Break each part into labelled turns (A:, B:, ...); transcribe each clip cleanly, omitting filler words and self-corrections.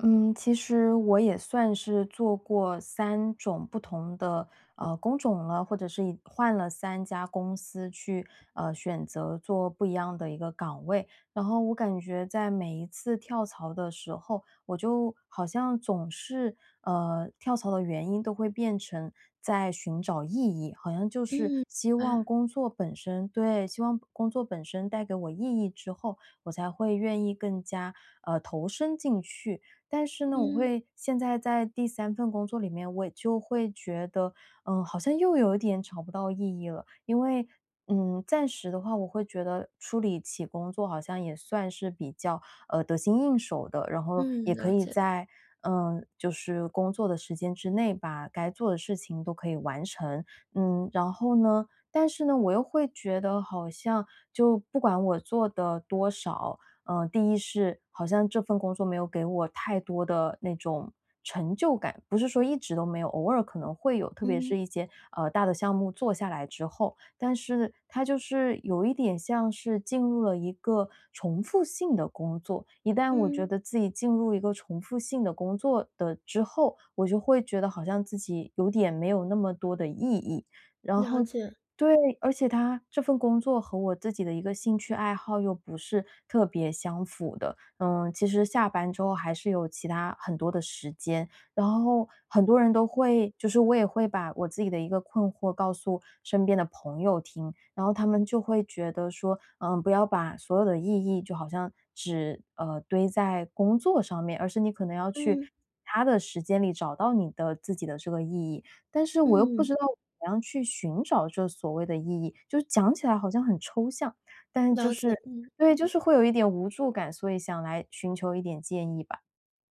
A: 嗯，其实我也算是做过三种不同的，工种了，或者是一换了三家公司去，选择做不一样的一个岗位。然后我感觉在每一次跳槽的时候，我就好像总是，跳槽的原因都会变成在寻找意义，好像就是
B: 嗯，
A: 希
B: 啊，
A: 望工作本身对，希望工作本身带给我意义之后，我才会愿意更加，投身进去。但是呢，我
B: 嗯，
A: 会现在在第三份工作里面，我就会觉得，好像又有一点找不到意义了。因为，暂时的话，我会觉得处理起工作好像也算是比较，得心应手的，然后
B: 嗯，
A: 也可
B: 了
A: 以
B: 解，
A: 在，就是工作的时间之内，把该做的事情都可以完成。然后呢但是呢，我又会觉得好像就不管我做的多少，第一是好像这份工作没有给我太多的那种成就感，不是说一直都没有，偶尔可能会有，特别是
B: 嗯，
A: 一些大的项目做下来之后，但是它就是有一点像是进入了一个重复性的工作。一旦我觉
B: 嗯，
A: 得自己进入一个重复性的工作的之后，我就会觉得好像自己有点没有那么多的意义。然
B: 了
A: 后
B: 解，
A: 对，而且他这份工作和我自己的一个兴趣爱好又不是特别相符的。嗯，其实下班之后还是有其他很多的时间，然后很多人都会，就是我也会把我自己的一个困惑告诉身边的朋友听，然后他们就会觉得说，嗯，不要把所有的意义就好像只堆在工作上面，而是你可能要去。
B: 嗯，
A: 他的时间里找到你的自己的这个意义，但是我又不
B: 嗯，
A: 知道怎样去寻找这所谓的意义，就是讲起来好像很抽象，但就
B: 了解，
A: 是
B: 嗯。
A: 对，就是会有一点无助感，所以想来寻求一点建议吧。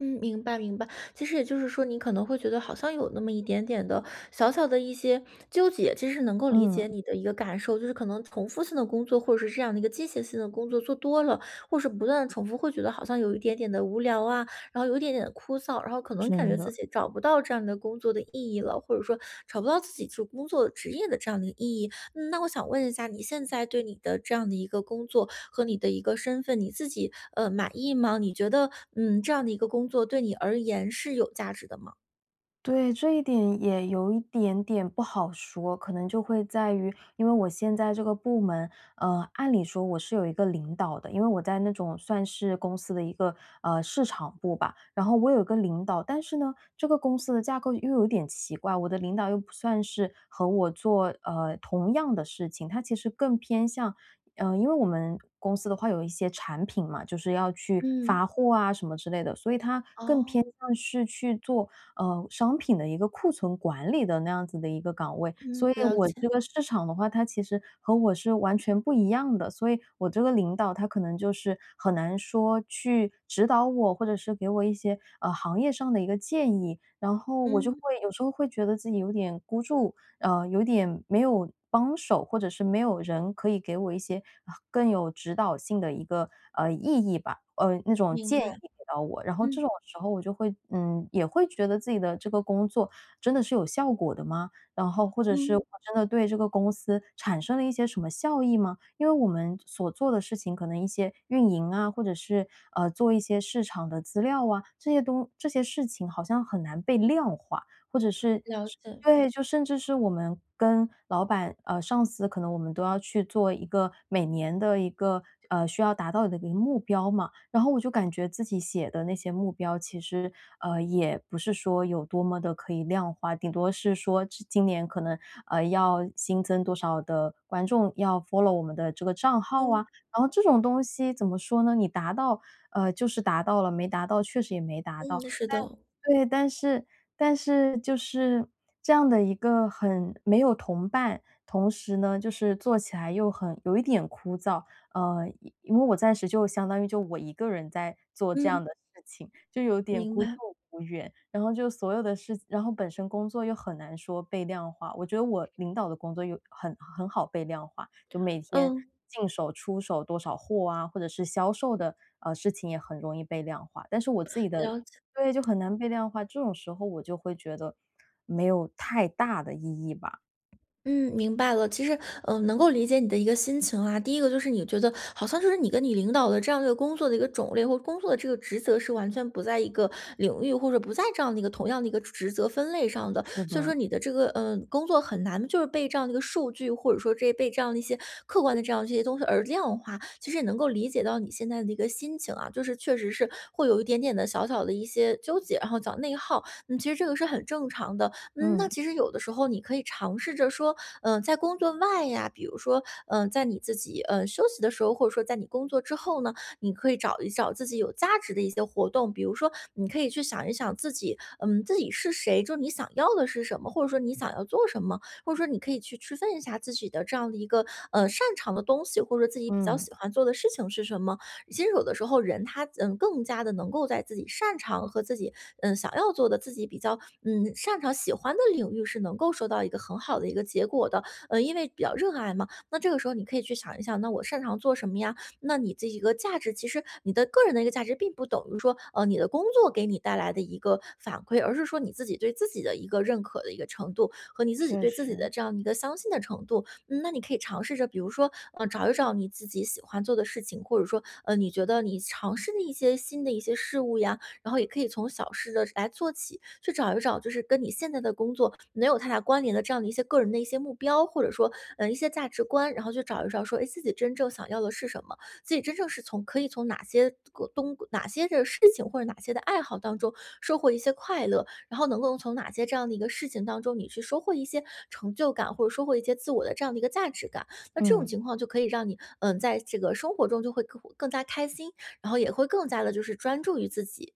B: 嗯，明白明白。其实也就是说，你可能会觉得好像有那么一点点的小小的一些纠结，其实能够理
A: 嗯，
B: 解你的一个感受，就是可能重复性的工作，或者是这样的一个机械性的工作做多了，或是不断的重复，会觉得好像有一点点的无聊啊，然后有一点点的枯燥，然后可能感觉
A: 真
B: 自
A: 的。
B: 己找不到这样的工作的意义了，或者说找不到自己就工作职业的这样的一个意义。那我想问一下，你现在对你的这样的一个工作和你的一个身份，你自己呃满意吗？你觉得这样的一个工作对你而言是有价值的吗？
A: 对，这一点也有一点点不好说，可能就会在于，因为我现在这个部门，按理说我是有一个领导的，因为我在那种算是公司的一个市场部吧，然后我有一个领导，但是呢，这个公司的架构又有点奇怪，我的领导又不算是和我做同样的事情，他其实更偏向因为我们公司的话有一些产品嘛，就是要去
B: 嗯，
A: 发货啊什么之类的，所以它更偏
B: 哦，
A: 向是去做商品的一个库存管理的那样子的一个岗位。
B: 嗯，
A: 所以
B: 了
A: 我
B: 解，
A: 这个市场的话，它其实和我是完全不一样的，所以我这个领导他可能就是很难说去指导我，或者是给我一些行业上的一个建议，然后我就
B: 嗯，
A: 会有时候会觉得自己有点孤注有点没有帮手，或者是没有人可以给我一些啊更有指导性的一个意义吧，那种
B: 明
A: 建议
B: 白，
A: 给到我。然后这
B: 嗯
A: 种时候我就会嗯也会觉得自己的这个工作真的是有效果的吗？然后或者是
B: 嗯，
A: 我真的对这个公司产生了一些什么效益吗？因为我们所做的事情，可能一些运营啊，或者是做一些市场的资料啊，这些事情好像很难被量化，或者是
B: 了解，
A: 对，就甚至是我们跟老板、上司，可能我们都要去做一个每年的一个，需要达到的一个目标嘛。然后我就感觉自己写的那些目标，其实，也不是说有多么的可以量化，顶多是说这今年可能，要新增多少的观众，要 follow 我们的这个账号啊。
B: 嗯
A: 然后这种东西怎么说呢，你达到，就是达到了，没达到确实也没达到。
B: 嗯，是
A: 但
B: 的，
A: 对，但是就是这样的一个很没有同伴，同时呢，就是做起来又很有一点枯燥。因为我暂时就相当于就我一个人在做这样的
B: 嗯，
A: 事情，就有点
B: 明
A: 孤注
B: 白，
A: 无援。然后就所有的事然后本身工作又很难说被量化，我觉得我领导的工作又很好被量化，就每天
B: 嗯，
A: 进手出手多少货啊，或者是销售的，事情也很容易被量化。但是我自己的
B: 了解。
A: 对，就很难被量化，这种时候我就会觉得没有太大的意义吧。
B: 嗯，明白了。其实，能够理解你的一个心情啊。第一个就是你觉得好像就是你跟你领导的这样的一个工作的一个种类或工作的这个职责是完全不在一个领域，或者不在这样的一个同样的一个职责分类上的，
A: 是
B: 所以说
A: 的，
B: 你的这个工作很难就是被这样的一个数据或者说这被这样的一些客观的这样这些东西而量化。其实也能够理解到你现在的一个心情啊，就是确实是会有一点点的小小的一些纠结，然后讲内耗。嗯，其实这个是很正常的。嗯，那
A: 嗯
B: 其实有的时候你可以尝试着说。在工作外呀，比如说，在你自己休息的时候，或者说在你工作之后呢，你可以找一找自己有价值的一些活动，比如说，你可以去想一想自己，自己是谁，就你想要的是什么，或者说你想要做什么，或者说你可以去区分一下自己的这样的一个擅长的东西，或者说自己比较
A: 嗯，
B: 喜欢做的事情是什么。新手的时候人他更加的能够在自己擅长和自己想要做的自己比较擅长喜欢的领域是能够收到一个很好的一个结果的，因为比较热爱嘛。那这个时候你可以去想一想，那我擅长做什么呀？那你这一个价值，其实你的个人的一个价值，并不等于说你的工作给你带来的一个反馈，而是说你自己对自己的一个认可的一个程度和你自己
A: 确
B: 对自己的
A: 实，
B: 这样一个相信的程度。嗯，那你可以尝试着，比如说，找一找你自己喜欢做的事情，或者说你觉得你尝试的一些新的一些事物呀，然后也可以从小事的来做起，去找一找就是跟你现在的工作没有太大关联的这样的一些个人的一些目标，或者说，一些价值观，然后去找一找说，哎，自己真正想要的是什么，自己真正是从可以从哪些个东哪些的事情或者哪些的爱好当中收获一些快乐，然后能够从哪些这样的一个事情当中，你去收获一些成就感，或者收获一些自我的这样的一个价值感。那这种
A: 嗯。
B: 情况就可以让你，在这个生活中就会更加开心，然后也会更加的，就是专注于自己。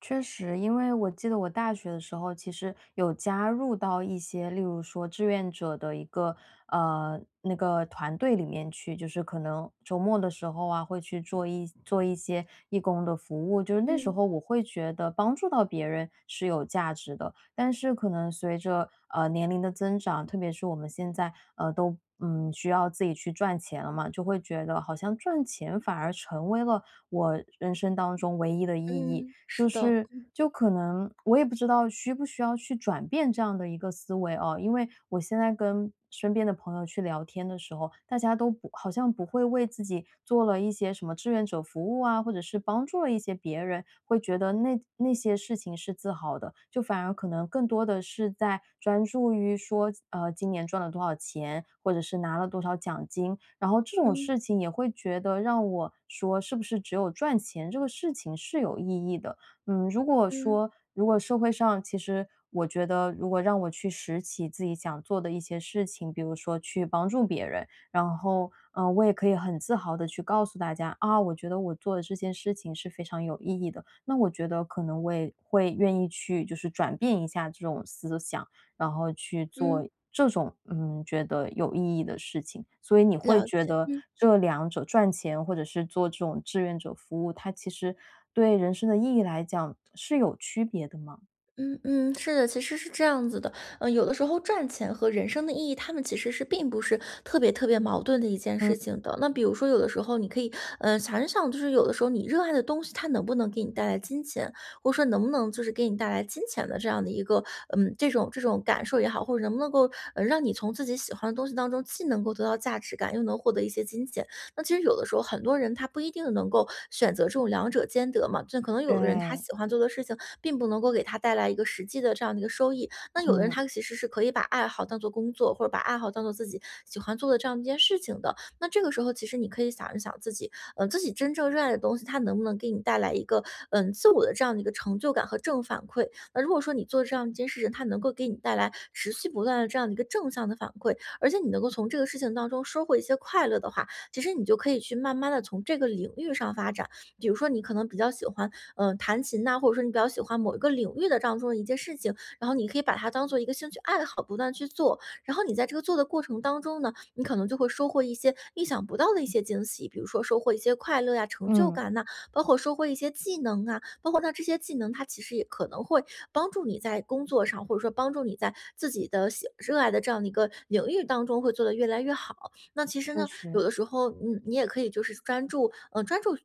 A: 确实，因为我记得我大学的时候，其实有加入到一些，例如说志愿者的一个那个团队里面去，就是可能周末的时候啊，会去做一些义工的服务。就是那时
B: 嗯，
A: 候我会觉得帮助到别人是有价值的，但是可能随着年龄的增长，特别是我们现在都。嗯，需要自己去赚钱了嘛，就会觉得好像赚钱反而成为了我人生当中唯一的意义。
B: 嗯，是
A: 就
B: 的，
A: 是就可能我也不知道需不需要去转变这样的一个思维哦，因为我现在跟身边的朋友去聊天的时候，大家都不好像不会为自己做了一些什么志愿者服务啊，或者是帮助了一些别人，会觉得那些事情是自豪的，就反而可能更多的是在专注于说，今年赚了多少钱，或者是拿了多少奖金，然后这种
B: 嗯
A: 事情也会觉得让我说，是不是只有赚钱这个事情是有意义的？嗯，如果
B: 嗯
A: 说如果社会上其实我觉得如果让我去拾起自己想做的一些事情，比如说去帮助别人，然后，嗯，我也可以很自豪的去告诉大家，啊，我觉得我做的这件事情是非常有意义的，那我觉得可能我也会愿意去就是转变一下这种思想，然后去
B: 嗯，
A: 做这种，嗯，觉得有意义的事情。所以你会
B: 了
A: 觉
B: 解。
A: 得
B: 嗯。
A: 这两者赚钱或者是做这种志愿者服务，它其实对人生的意义来讲是有区别的吗？
B: 嗯嗯，是的，其实是这样子的，有的时候赚钱和人生的意义，他们其实是并不是特别特别矛盾的一件
A: 嗯，
B: 事情的。那比如说，有的时候你可以，想一想，就是有的时候你热爱的东西，它能不能给你带来金钱，或者说能不能就是给你带来金钱的这样的一个，这种感受也好，或者能不能够，让你从自己喜欢的东西当中，既能够得到价值感，又能获得一些金钱。那其实有的时候很多人他不一定能够选择这种两者兼得嘛，就可能有的人他
A: 对，
B: 喜欢做的事情，并不能够给他带来一个实际的这样的一个收益，那有的人
A: 嗯
B: 他其实是可以把爱好当做工作，或者把爱好当做自己喜欢做的这样一件事情的。那这个时候其实你可以想一想自己，自己真正热爱的东西，它能不能给你带来一个自我的这样的一个成就感和正反馈？那如果说你做这样一件事情，它能够给你带来持续不断的这样的一个正向的反馈，而且你能够从这个事情当中收获一些快乐的话，其实你就可以去慢慢的从这个领域上发展。比如说，你可能比较喜欢，弹琴呐、或者说你比较喜欢某一个领域的这样中的一件事情，然后你可以把它当做一个兴趣爱好，不断去做。然后你在这个做的过程当中呢，你可能就会收获一些意想不到的一些惊喜，比如说收获一些快乐呀、成就
A: 嗯，
B: 感呐、包括收获一些技能啊，包括那这些技能，它其实也可能会帮助你在工作上，或者说帮助你在自己的热爱的这样的一个领域当中会做得越来越好。那其实
A: 确
B: 呢，有
A: 实。
B: 的时候，你也可以就是专注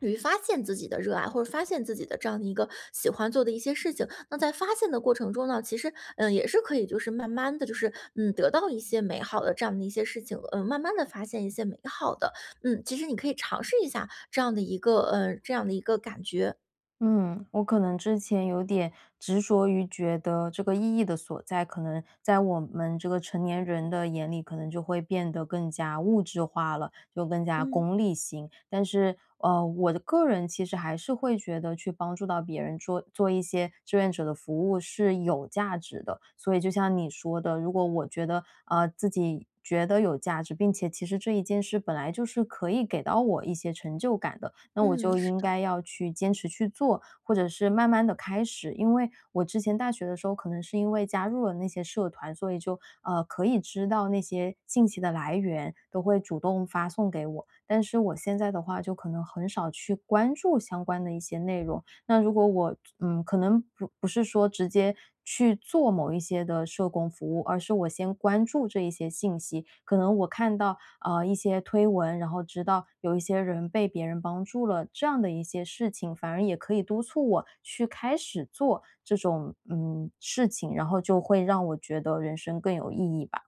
B: 于发现自己的热爱，或者发现自己的这样的一个喜欢做的一些事情。那在发现的过程中呢，其实，也是可以就是慢慢的就是，得到一些美好的这样的一些事情，嗯，慢慢的发现一些美好的，其实你可以尝试一下这样的一个感觉，
A: 嗯，我可能之前有点执着于觉得这个意义的所在，可能在我们这个成年人的眼里，可能就会变得更加物质化了，就更加
B: 嗯
A: 功利心。但是，我的个人其实还是会觉得去帮助到别人做做一些志愿者的服务是有价值的。所以，就像你说的，如果我觉得自己觉得有价值，并且其实这一件事本来就是可以给到我一些成就感的，那我
B: 嗯，
A: 就应该要去坚持去做，或者是慢慢的开始。因为我之前大学的时候，可能是因为加入了那些社团，所以就，可以知道那些信息的来源，都会主动发送给我。但是我现在的话，就可能很少去关注相关的一些内容。那如果我嗯，可能不是说直接去做某一些的社工服务，而是我先关注这一些信息，可能我看到一些推文，然后直到有一些人被别人帮助了，这样的一些事情，反而也可以督促我去开始做这种嗯事情，然后就会让我觉得人生更有意义吧。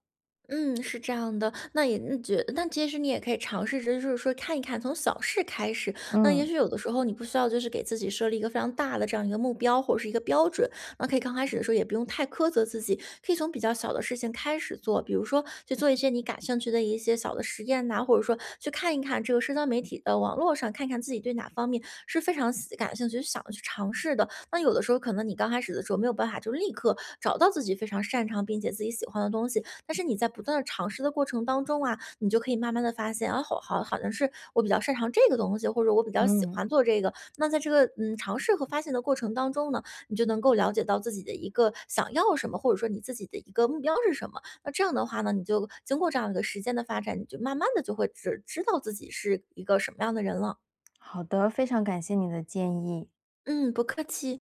B: 嗯，是这样的，那也嗯觉那其实你也可以尝试着，就是说看一看，从小事开始。那也
A: 嗯
B: 许有的时候你不需要，就是给自己设立一个非常大的这样一个目标或者是一个标准。那可以刚开始的时候也不用太苛责自己，可以从比较小的事情开始做，比如说去做一些你感兴趣的一些小的实验呐、或者说去看一看这个社交媒体的网络上，看看自己对哪方面是非常感兴趣、想去尝试的。那有的时候可能你刚开始的时候没有办法就立刻找到自己非常擅长并且自己喜欢的东西。但是你在不断的尝试的过程当中啊，你就可以慢慢的发现，啊，好像是我比较擅长这个东西，或者我比较喜
A: 嗯，
B: 欢做这个。那在这个，尝试和发现的过程当中呢，你就能够了解到自己的一个想要什么，或者说你自己的一个目标是什么。那这样的话呢，你就经过这样一个时间的发展，你就慢慢的就会知道自己是一个什么样的人了。
A: 好的，非常感谢你的建议。
B: 嗯，不客气。